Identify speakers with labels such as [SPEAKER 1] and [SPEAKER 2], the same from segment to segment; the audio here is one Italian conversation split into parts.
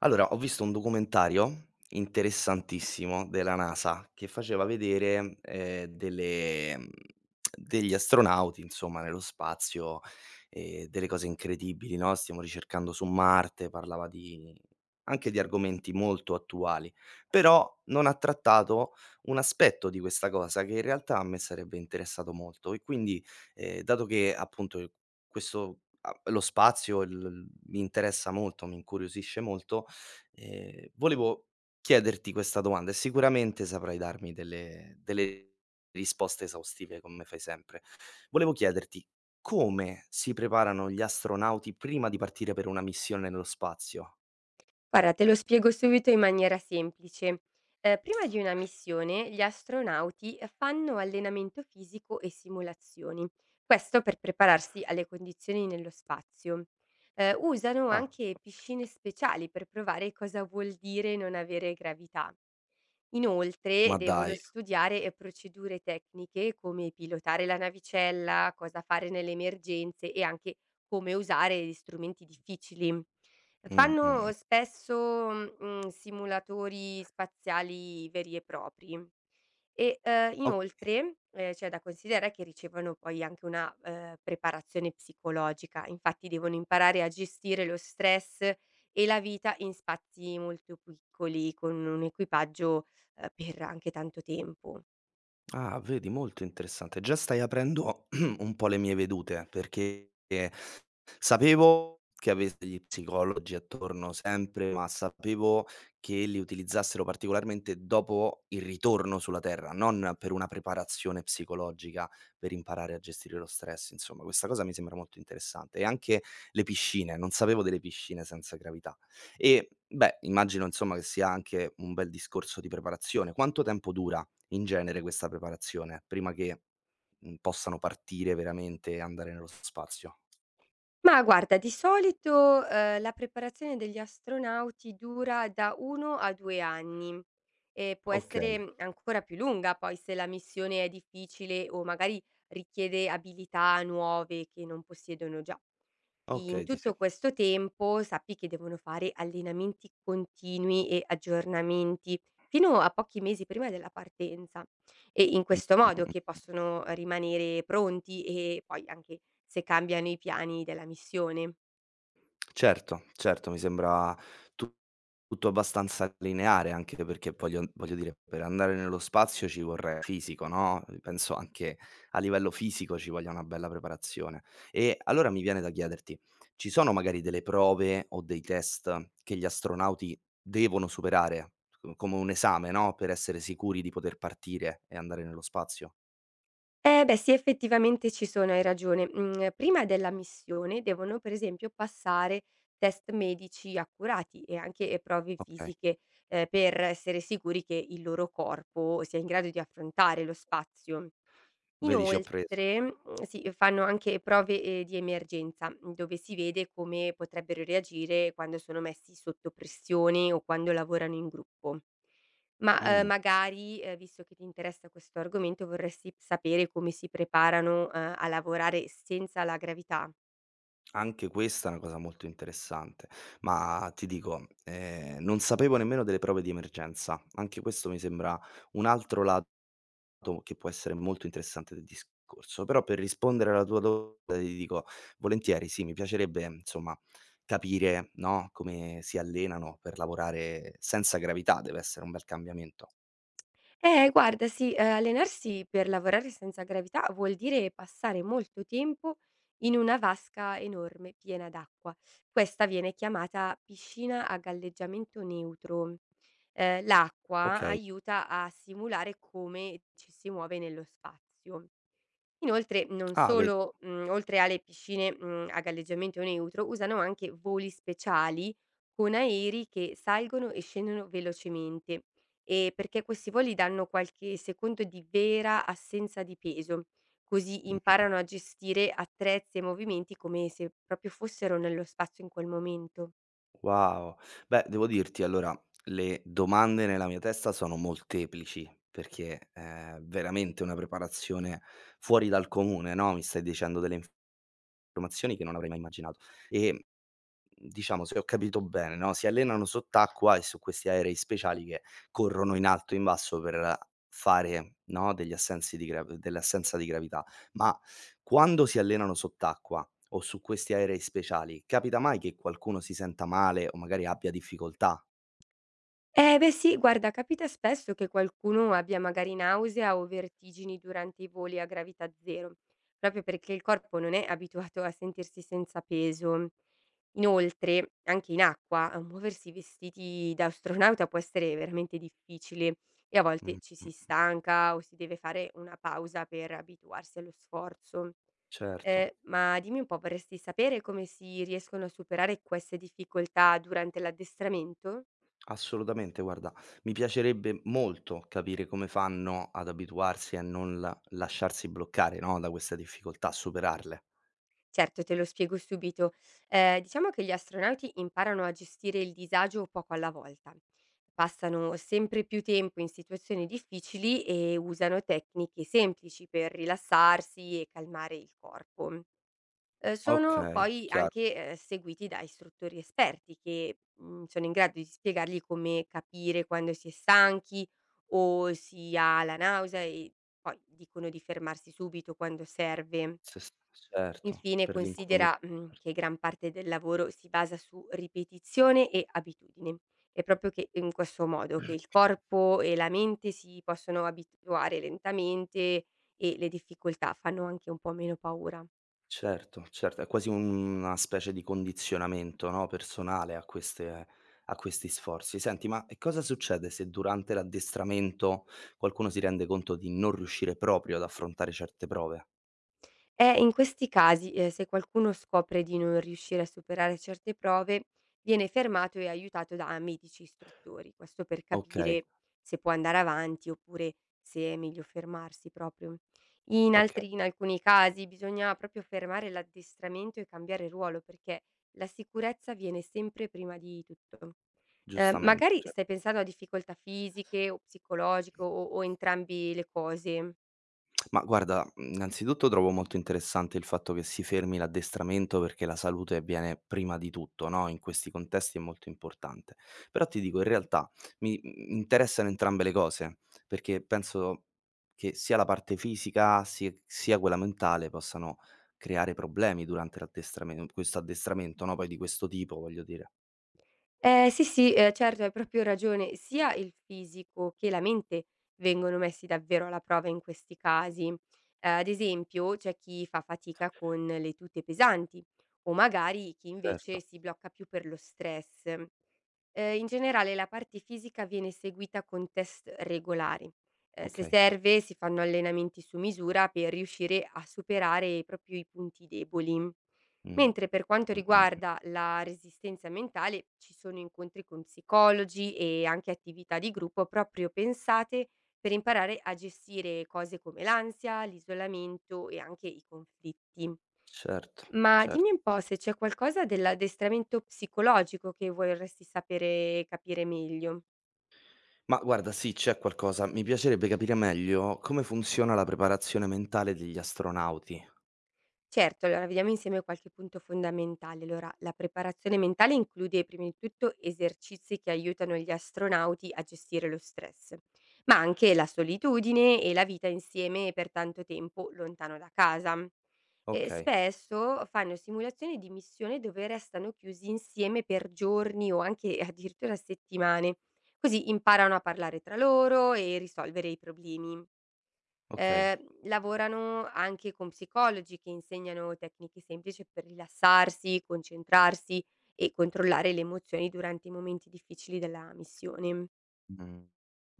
[SPEAKER 1] Allora, ho visto un documentario interessantissimo della NASA che faceva vedere, delle degli astronauti, insomma, nello spazio e delle cose incredibili, no, stiamo ricercando su Marte, parlava di anche di argomenti molto attuali, però non ha trattato un aspetto di questa cosa che in realtà a me sarebbe interessato molto e quindi, dato che appunto questo a lo spazio il mi interessa molto, mi incuriosisce molto. Volevo chiederti questa domanda e sicuramente saprai darmi delle risposte esaustive come fai sempre. Volevo chiederti: come si preparano gli astronauti prima di partire per una missione nello spazio?
[SPEAKER 2] Guarda, te lo spiego subito in maniera semplice. Prima di una missione, gli astronauti fanno allenamento fisico e simulazioni. Questo per prepararsi alle condizioni nello spazio. Usano
[SPEAKER 1] Ah.
[SPEAKER 2] anche piscine speciali per provare cosa vuol dire non avere gravità. Inoltre
[SPEAKER 1] Ma
[SPEAKER 2] devono
[SPEAKER 1] dai.
[SPEAKER 2] studiare procedure tecniche come pilotare la navicella, cosa fare nelle emergenze e anche come usare gli strumenti difficili.
[SPEAKER 1] Mh, mh,
[SPEAKER 2] Fanno
[SPEAKER 1] mh.
[SPEAKER 2] spesso, simulatori spaziali veri e propri e,
[SPEAKER 1] Oka
[SPEAKER 2] inoltre, c'è da considerare che ricevono poi anche una, preparazione psicologica. Infatti devono imparare a gestire lo stress e la vita in spazi molto piccoli, con un equipaggio, per anche tanto tempo.
[SPEAKER 1] ah, vedi, molto interessante. Già stai aprendo un po' le mie vedute, perché sapevo che avessi gli psicologi attorno sempre, ma sapevo che li utilizzassero particolarmente dopo il ritorno sulla terra, non per una preparazione psicologica per imparare a gestire lo stress, insomma. Questa cosa mi sembra molto interessante. E anche le piscine, non sapevo delle piscine senza gravità. E beh, immagino insomma che sia anche un bel discorso di preparazione. Quanto tempo dura in genere questa preparazione, prima che, possano partire veramente e andare nello spazio?
[SPEAKER 2] Ma guarda, di solito, la preparazione degli astronauti dura da 1 a 2 anni e può essere,
[SPEAKER 1] Okay,
[SPEAKER 2] ancora più lunga poi se la missione è difficile o magari richiede abilità nuove che non possiedono già. In
[SPEAKER 1] okay, ti
[SPEAKER 2] tutto
[SPEAKER 1] seguo.
[SPEAKER 2] questo tempo sappi che devono fare allenamenti continui e aggiornamenti fino a pochi mesi prima della partenza. E in
[SPEAKER 1] Mh,
[SPEAKER 2] questo modo che
[SPEAKER 1] mh.
[SPEAKER 2] possono rimanere pronti e poi anche se cambiano i piani della missione.
[SPEAKER 1] Certo, certo, mi sembra tu tutto abbastanza lineare, anche perché voglio dire, per andare nello spazio ci vorrà fisico, no, penso anche a livello fisico ci voglia una bella preparazione. E allora mi viene da chiederti: ci sono magari delle prove o dei test che gli astronauti devono superare, co come un esame, no, per essere sicuri di poter partire e andare nello spazio?
[SPEAKER 2] Eh beh sì, effettivamente ci sono, hai ragione. Mhmm, Prima della missione devono per esempio passare test medici accurati e anche, prove
[SPEAKER 1] Okay,
[SPEAKER 2] fisiche, per essere sicuri che il loro corpo sia in grado di affrontare lo spazio.
[SPEAKER 1] vedi ci ho preso.
[SPEAKER 2] Inoltre, sì, fanno anche prove, di emergenza, dove si vede come potrebbero reagire quando sono messi sotto pressione o quando lavorano in gruppo. Ma,
[SPEAKER 1] Mh.
[SPEAKER 2] magari, visto che ti interessa questo argomento, vorresti sapere come si preparano, a lavorare senza la gravità?
[SPEAKER 1] Anche questa è una cosa molto interessante, ma ti dico, non sapevo nemmeno delle prove di emergenza. Anche questo mi sembra un altro lato che può essere molto interessante del discorso. Però per rispondere alla tua domanda ti dico volentieri sì, mi piacerebbe insomma capire, no, come si allenano per lavorare senza gravità, deve essere un bel cambiamento.
[SPEAKER 2] Guarda sì, allenarsi per lavorare senza gravità vuol dire passare molto tempo in una vasca enorme piena d'acqua. Questa viene chiamata piscina a galleggiamento neutro. L'acqua
[SPEAKER 1] Okay.
[SPEAKER 2] aiuta a simulare come ci si muove nello spazio. Inoltre, non
[SPEAKER 1] Ah vedi.
[SPEAKER 2] solo, oltre alle piscine, a galleggiamento neutro, usano anche voli speciali con aerei che salgono e scendono velocemente, perché questi voli danno qualche secondo di vera assenza di peso, così
[SPEAKER 1] Mh-mh.
[SPEAKER 2] imparano a gestire attrezzi e movimenti come se proprio fossero nello spazio in quel momento.
[SPEAKER 1] Wow. Beh, devo dirti allora, le domande nella mia testa sono molteplici, perché è veramente una preparazione fuori dal comune, no, mi stai dicendo delle informazioni che non avrei mai immaginato. E diciamo, se ho capito bene, no, si allenano sott'acqua e su questi aerei speciali che corrono in alto e in basso per fare, no, degli assensi di gra dell'assenza di gravità. Ma quando si allenano sott'acqua o su questi aerei speciali, capita mai che qualcuno si senta male o magari abbia difficoltà?
[SPEAKER 2] Eh beh sì, guarda, capita spesso che qualcuno abbia magari nausea o vertigini durante i voli a gravità zero, proprio perché il corpo non è abituato a sentirsi senza peso. Inoltre, anche in acqua, a muoversi vestiti da astronauta può essere veramente difficile e a volte ci
[SPEAKER 1] Mh-mh.
[SPEAKER 2] si stanca o si deve fare una pausa per abituarsi allo sforzo.
[SPEAKER 1] Certo,
[SPEAKER 2] Ma dimmi un po', vorresti sapere come si riescono a superare queste difficoltà durante l'addestramento?
[SPEAKER 1] assolutamente. Guarda, mi piacerebbe molto capire come fanno ad abituarsi a non la lasciarsi bloccare, no, da questa difficoltà, a superarle.
[SPEAKER 2] Certo, te lo spiego subito. Diciamo che gli astronauti imparano a gestire il disagio poco alla volta. Passano sempre più tempo in situazioni difficili e usano tecniche semplici per rilassarsi e calmare il corpo. Sono
[SPEAKER 1] Okay,
[SPEAKER 2] poi
[SPEAKER 1] chiaro.
[SPEAKER 2] anche seguiti da istruttori esperti che sono in grado di spiegargli come capire quando si è stanchi o si ha la nausea e poi dicono di fermarsi subito quando serve.
[SPEAKER 1] Se s certo,
[SPEAKER 2] Infine
[SPEAKER 1] per l'incolumità,
[SPEAKER 2] considera,
[SPEAKER 1] certo.
[SPEAKER 2] che gran parte del lavoro si basa su ripetizione e abitudine. È proprio che in questo modo che il corpo e la mente si possono abituare lentamente e le difficoltà fanno anche un po' meno paura.
[SPEAKER 1] Certo, certo, è quasi una specie di condizionamento, no, personale a queste a questi sforzi. Senti, ma e cosa succede se durante l'addestramento qualcuno si rende conto di non riuscire proprio ad affrontare certe prove?
[SPEAKER 2] In questi casi, se qualcuno scopre di non riuscire a superare certe prove, viene fermato e aiutato da medici istruttori. Questo per
[SPEAKER 1] Okay,
[SPEAKER 2] capire se può andare avanti oppure se è meglio fermarsi proprio. In
[SPEAKER 1] okay,
[SPEAKER 2] altri in alcuni casi bisogna proprio fermare l'addestramento e cambiare ruolo perché la sicurezza viene sempre prima di tutto.
[SPEAKER 1] giustamente,
[SPEAKER 2] Magari
[SPEAKER 1] cer
[SPEAKER 2] stai pensando a difficoltà fisiche o psicologiche o entrambi le cose?
[SPEAKER 1] ma guarda, innanzitutto trovo molto interessante il fatto che si fermi l'addestramento perché la salute viene prima di tutto, no, in questi contesti è molto importante. Però ti dico, in realtà mi interessano entrambe le cose, perché penso che sia la parte fisica si sia quella mentale possano creare problemi durante l'addestramen questo addestramento, no, poi di questo tipo voglio dire.
[SPEAKER 2] Sì, sì, certo, hai proprio ragione. Sia il fisico che la mente vengono messi davvero alla prova in questi casi. Ad esempio, c'è chi fa fatica con le tute pesanti o magari chi
[SPEAKER 1] Certo,
[SPEAKER 2] invece si blocca più per lo stress. In generale la parte fisica viene seguita con test regolari. Se
[SPEAKER 1] okay.
[SPEAKER 2] serve si fanno allenamenti su misura per riuscire a superare proprio i punti deboli.
[SPEAKER 1] Mh,
[SPEAKER 2] Mentre per quanto
[SPEAKER 1] mh, mh, mh.
[SPEAKER 2] riguarda la resistenza mentale ci sono incontri con psicologi e anche attività di gruppo proprio pensate per imparare a gestire cose come l'ansia, l'isolamento e anche i conflitti.
[SPEAKER 1] Certo,
[SPEAKER 2] Ma
[SPEAKER 1] cer
[SPEAKER 2] dimmi un po' se c'è qualcosa dell'addestramento psicologico che vorresti sapere e capire meglio.
[SPEAKER 1] ma guarda, sì, c'è qualcosa. Mi piacerebbe capire meglio come funziona la preparazione mentale degli astronauti.
[SPEAKER 2] Certo, allora vediamo insieme qualche punto fondamentale. Allora, la preparazione mentale include prima di tutto esercizi che aiutano gli astronauti a gestire lo stress, ma anche la solitudine e la vita insieme per tanto tempo lontano da casa. E
[SPEAKER 1] Okay,
[SPEAKER 2] spesso fanno simulazioni di missione dove restano chiusi insieme per giorni o anche addirittura settimane, così imparano a parlare tra loro e risolvere i problemi. Ehm,
[SPEAKER 1] okay.
[SPEAKER 2] Lavorano anche con psicologi che insegnano tecniche semplici per rilassarsi, concentrarsi e controllare le emozioni durante i momenti difficili della missione.
[SPEAKER 1] Mh,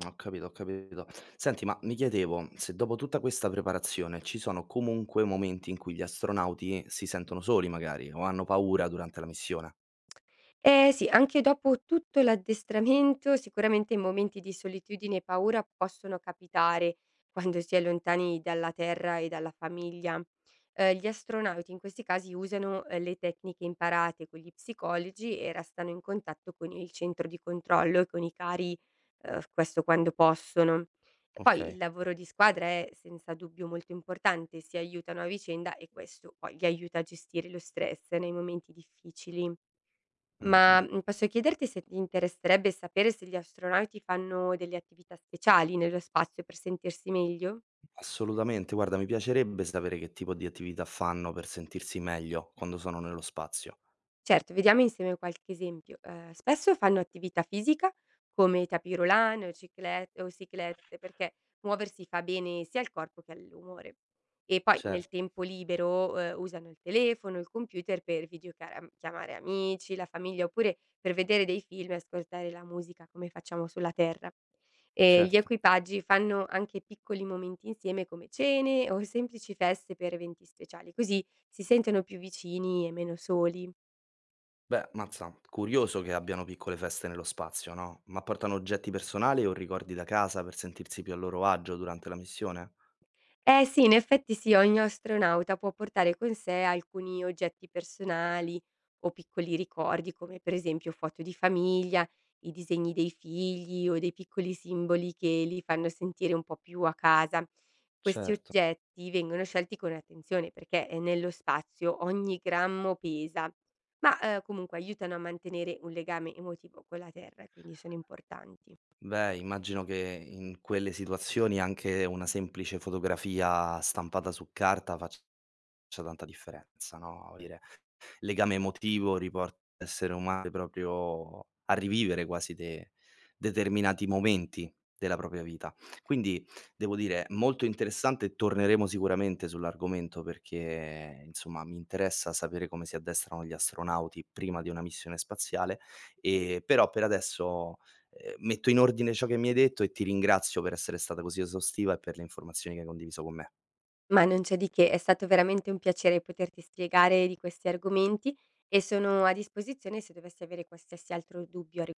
[SPEAKER 1] ho capito, ho capito. Senti, ma mi chiedevo se dopo tutta questa preparazione ci sono comunque momenti in cui gli astronauti si sentono soli magari o hanno paura durante la missione.
[SPEAKER 2] Eh sì, anche dopo tutto l'addestramento, sicuramente momenti di solitudine e paura possono capitare quando si è lontani dalla Terra e dalla famiglia. Gli astronauti in questi casi usano le tecniche imparate con gli psicologi e restano in contatto con il centro di controllo e con i cari, questo quando possono. E poi il
[SPEAKER 1] Okay.
[SPEAKER 2] lavoro di squadra è senza dubbio molto importante, si aiutano a vicenda e questo poi gli aiuta a gestire lo stress nei momenti difficili. Ma,
[SPEAKER 1] Mh-mh.
[SPEAKER 2] posso chiederti se ti interesserebbe sapere se gli astronauti fanno delle attività speciali nello spazio per sentirsi meglio?
[SPEAKER 1] Assolutamente, guarda, mi piacerebbe sapere che tipo di attività fanno per sentirsi meglio quando sono nello spazio.
[SPEAKER 2] Certo, vediamo insieme qualche esempio. Spesso fanno attività fisica come tapis roulant o ciclette o cyclette, perché muoversi fa bene sia al corpo che all'umore. E poi nel
[SPEAKER 1] Certo,
[SPEAKER 2] tempo libero, usano il telefono, il computer per videochiara chiamare amici, la famiglia, oppure per vedere dei film e ascoltare la musica come facciamo sulla Terra. E gli
[SPEAKER 1] certo.
[SPEAKER 2] equipaggi fanno anche piccoli momenti insieme come cene o semplici feste per eventi speciali, così si sentono più vicini e meno soli.
[SPEAKER 1] Beh, mazza, curioso che abbiano piccole feste nello spazio, no? Ma portano oggetti personali o ricordi da casa per sentirsi più a loro agio durante la missione?
[SPEAKER 2] Eh sì, in effetti sì, ogni astronauta può portare con sé alcuni oggetti personali o piccoli ricordi, come per esempio foto di famiglia, i disegni dei figli o dei piccoli simboli che li fanno sentire un po' più a casa. Questi
[SPEAKER 1] Certo.
[SPEAKER 2] oggetti vengono scelti con attenzione perché nello spazio ogni grammo pesa, ma comunque aiutano a mantenere un legame emotivo con la Terra, quindi sono importanti.
[SPEAKER 1] Beh, immagino che in quelle situazioni anche una semplice fotografia stampata su carta faccia tanta differenza, no? Voglio dire, legame emotivo riporta l'essere umano proprio a rivivere quasi de determinati momenti della propria vita. Quindi devo dire molto interessante e torneremo sicuramente sull'argomento perché, insomma, mi interessa sapere come si addestrano gli astronauti prima di una missione spaziale, però per adesso, metto in ordine ciò che mi hai detto e ti ringrazio per essere stata così esaustiva e per le informazioni che hai condiviso con me.
[SPEAKER 2] Ma non c'è di che, è stato veramente un piacere poterti spiegare di questi argomenti e sono a disposizione se dovessi avere qualsiasi altro dubbio a ri